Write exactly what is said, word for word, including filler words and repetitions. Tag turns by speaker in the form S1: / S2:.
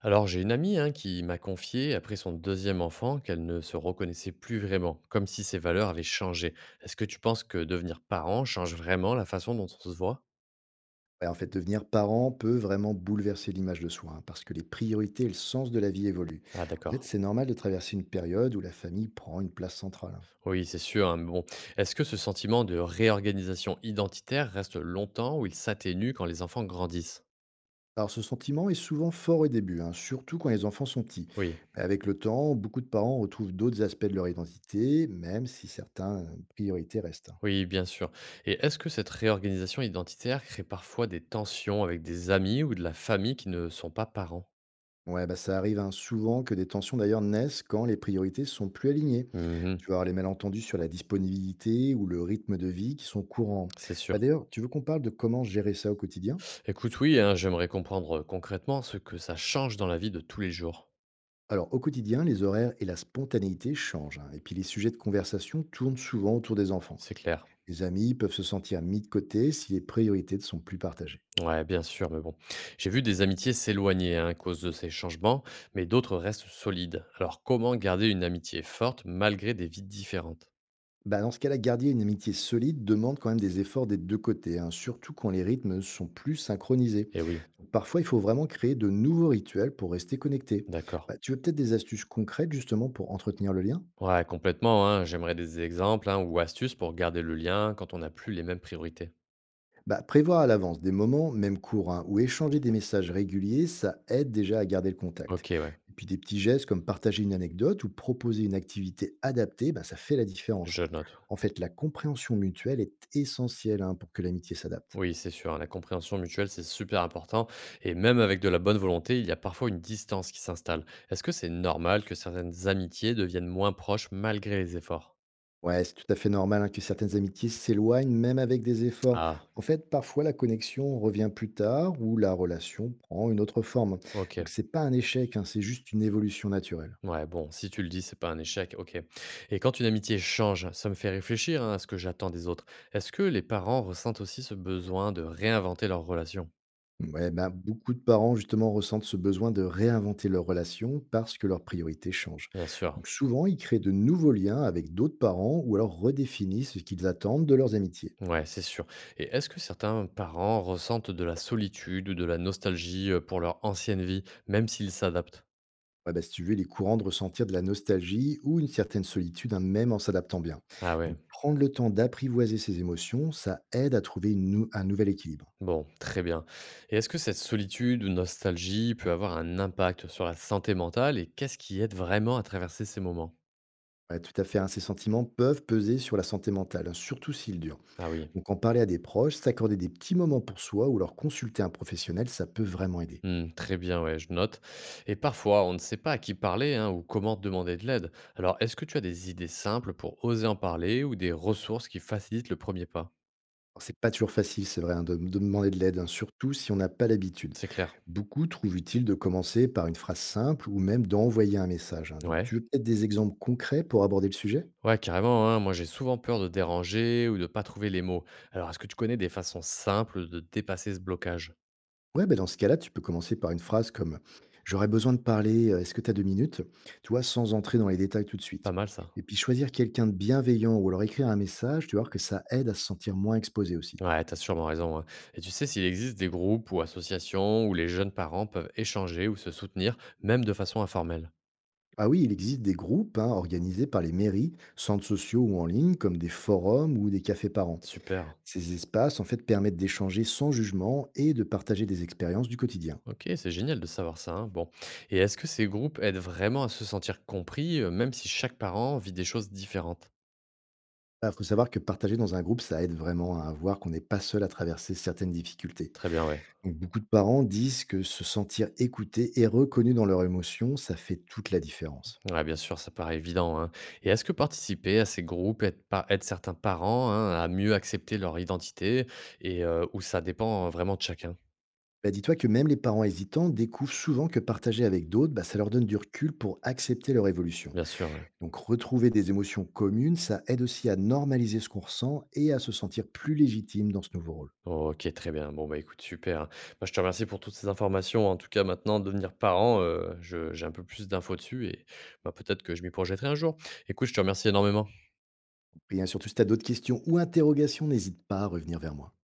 S1: Alors j'ai une amie hein, qui m'a confié, après son deuxième enfant, qu'elle ne se reconnaissait plus vraiment, comme si ses valeurs avaient changé. Est-ce que tu penses que devenir parent change vraiment la façon dont on se voit?
S2: Ouais, en fait, devenir parent peut vraiment bouleverser l'image de soi, hein, parce que les priorités et le sens de la vie évoluent.
S1: Ah
S2: En fait,
S1: d'accord.
S2: c'est normal de traverser une période où la famille prend une place centrale, hein.
S1: Oui, c'est sûr, hein, mais bon, est-ce que ce sentiment de réorganisation identitaire reste longtemps ou il s'atténue quand les enfants grandissent?
S2: Alors, ce sentiment est souvent fort au début, hein, surtout quand les enfants sont petits.
S1: Oui.
S2: Mais avec le temps, beaucoup de parents retrouvent d'autres aspects de leur identité, même si certaines priorités restent, hein.
S1: Oui, bien sûr. Et est-ce que cette réorganisation identitaire crée parfois des tensions avec des amis ou de la famille qui ne sont pas parents?
S2: Ouais, bah, ça arrive hein, souvent que des tensions d'ailleurs naissent quand les priorités sont plus alignées.
S1: Mhm.
S2: Tu vas avoir les malentendus sur la disponibilité ou le rythme de vie qui sont courants.
S1: C'est sûr.
S2: Bah, d'ailleurs, tu veux qu'on parle de comment gérer ça au quotidien?
S1: Écoute, oui, hein, j'aimerais comprendre euh, concrètement ce que ça change dans la vie de tous les jours.
S2: Alors, au quotidien, les horaires et la spontanéité changent, hein, et puis, les sujets de conversation tournent souvent autour des enfants.
S1: C'est clair.
S2: Les amis peuvent se sentir mis de côté si les priorités ne sont plus partagées.
S1: Ouais, bien sûr, mais bon. J'ai vu des amitiés s'éloigner hein, à cause de ces changements, mais d'autres restent solides. Alors, comment garder une amitié forte malgré des vies différentes?
S2: Bah, dans ce cas-là, garder une amitié solide demande quand même des efforts des deux côtés, hein, surtout quand les rythmes sont plus synchronisés.
S1: Eh oui,
S2: Parfois, il faut vraiment créer de nouveaux rituels pour rester connecté.
S1: d'accord.
S2: Bah, tu veux peut-être des astuces concrètes justement pour entretenir le lien?
S1: Ouais, complètement, hein, j'aimerais des exemples hein, ou astuces pour garder le lien quand on n'a plus les mêmes priorités.
S2: Bah, prévoir à l'avance des moments, même courts, hein, ou échanger des messages réguliers, ça aide déjà à garder le contact.
S1: Ok, ouais,
S2: Et puis des petits gestes comme partager une anecdote ou proposer une activité adaptée, bah, ça fait la
S1: je
S2: différence.
S1: note.
S2: En fait, la compréhension mutuelle est essentielle hein, pour que l'amitié s'adapte.
S1: Oui, c'est sûr, hein, la compréhension mutuelle, c'est super important. Et même avec de la bonne volonté, il y a parfois une distance qui s'installe. Est-ce que c'est normal que certaines amitiés deviennent moins proches malgré les efforts?
S2: Ouais, c'est tout à fait normal hein, que certaines amitiés s'éloignent, même avec des efforts.
S1: Ah,
S2: En fait, parfois la connexion revient plus tard ou la relation prend une autre forme. Donc
S1: ok.
S2: c'est pas un échec, hein, c'est juste une évolution naturelle.
S1: Ouais, bon, si tu le dis, c'est pas un échec, ok. Et quand une amitié change, ça me fait réfléchir hein, à ce que j'attends des autres. Est-ce que les parents ressentent aussi ce besoin de réinventer leur relation?
S2: Ouais, ben, beaucoup de parents justement ressentent ce besoin de réinventer leur relation parce que leurs priorités changent.
S1: Bien sûr.
S2: Donc souvent, ils créent de nouveaux liens avec d'autres parents ou alors redéfinissent ce qu'ils attendent de leurs amitiés.
S1: Ouais, c'est sûr. Et est-ce que certains parents ressentent de la solitude ou de la nostalgie euh, pour leur ancienne vie, même s'ils s'adaptent?
S2: Ouais, bah, si tu veux, il est courant de ressentir de la nostalgie ou une certaine solitude, hein, même en s'adaptant bien.
S1: Ah ouais,
S2: Donc, prendre le temps d'apprivoiser ses émotions, ça aide à trouver une nou- un nouvel équilibre.
S1: bon, très bien. Et est-ce que cette solitude ou nostalgie peut avoir un impact sur la santé mentale et qu'est-ce qui aide vraiment à traverser ces moments?
S2: Ouais, tout à fait, hein, ces sentiments peuvent peser sur la santé mentale, hein, surtout s'ils durent.
S1: Ah oui.
S2: Donc, en parler à des proches, s'accorder des petits moments pour soi ou alors consulter un professionnel, ça peut vraiment aider.
S1: Hmm, très bien, ouais, je note. Et parfois, on ne sait pas à qui parler hein, ou comment demander de l'aide. Alors, est-ce que tu as des idées simples pour oser en parler ou des ressources qui facilitent le premier pas?
S2: Alors, c'est pas toujours facile, c'est vrai, hein, de, de demander de l'aide, hein, surtout si on n'a pas l'habitude.
S1: C'est clair.
S2: Beaucoup trouvent utile de commencer par une phrase simple ou même d'envoyer un message, hein. Donc,
S1: Ouais.
S2: tu veux peut-être des exemples concrets pour aborder le sujet?
S1: Ouais, carrément, hein, moi, j'ai souvent peur de déranger ou de pas trouver les mots. Alors, est-ce que tu connais des façons simples de dépasser ce blocage?
S2: Ouais, ben dans ce cas-là, tu peux commencer par une phrase comme «J'aurais besoin de parler, heu, est-ce que tu as deux minutes?» Tu vois? Sans entrer dans les détails tout de suite.
S1: Pas mal ça.
S2: Et puis choisir quelqu'un de bienveillant ou alors écrire un message, tu vois que ça aide à se sentir moins exposé aussi.
S1: Ouais, t'as sûrement raison, hein. Et tu sais, s'il existe des groupes ou associations où les jeunes parents peuvent échanger ou se soutenir, même de façon informelle.
S2: Ah oui, il existe des groupes, hein, organisés par les mairies, centres sociaux ou en ligne, comme des forums ou des cafés parents.
S1: Super.
S2: Ces espaces, en fait, permettent d'échanger sans jugement et de partager des expériences du quotidien.
S1: Ok, c'est génial de savoir ça, hein. Bon. Et est-ce que ces groupes aident vraiment à se sentir compris, euh, même si chaque parent vit des choses différentes?
S2: Ah, faut savoir que partager dans un groupe, ça aide vraiment à voir qu'on n'est pas seul à traverser certaines difficultés.
S1: Très bien, ouais.
S2: Donc, beaucoup de parents disent que se sentir écouté et reconnu dans leurs émotions, ça fait toute la différence.
S1: Ouais, bien sûr, ça paraît évident, hein. Et est-ce que participer à ces groupes aide, pas, aide certains parents hein, à mieux accepter leur identité et euh, où ça dépend vraiment de chacun?
S2: Bah, dis-toi que même les parents hésitants découvrent souvent que partager avec d'autres, bah, ça leur donne du recul pour accepter leur évolution.
S1: Bien sûr, ouais.
S2: Donc retrouver des émotions communes, ça aide aussi à normaliser ce qu'on ressent et à se sentir plus légitime dans ce nouveau rôle.
S1: OK, très bien. Bon, bah, écoute, super, hein. Bah, je te remercie pour toutes ces informations. En tout cas, maintenant, devenir parent, heu, je j'ai un peu plus d'infos dessus et bah, peut-être que je m'y projetterai un jour. Écoute, je te remercie énormément.
S2: Et hein, surtout, si tu as d'autres questions ou interrogations, n'hésite pas à revenir vers moi.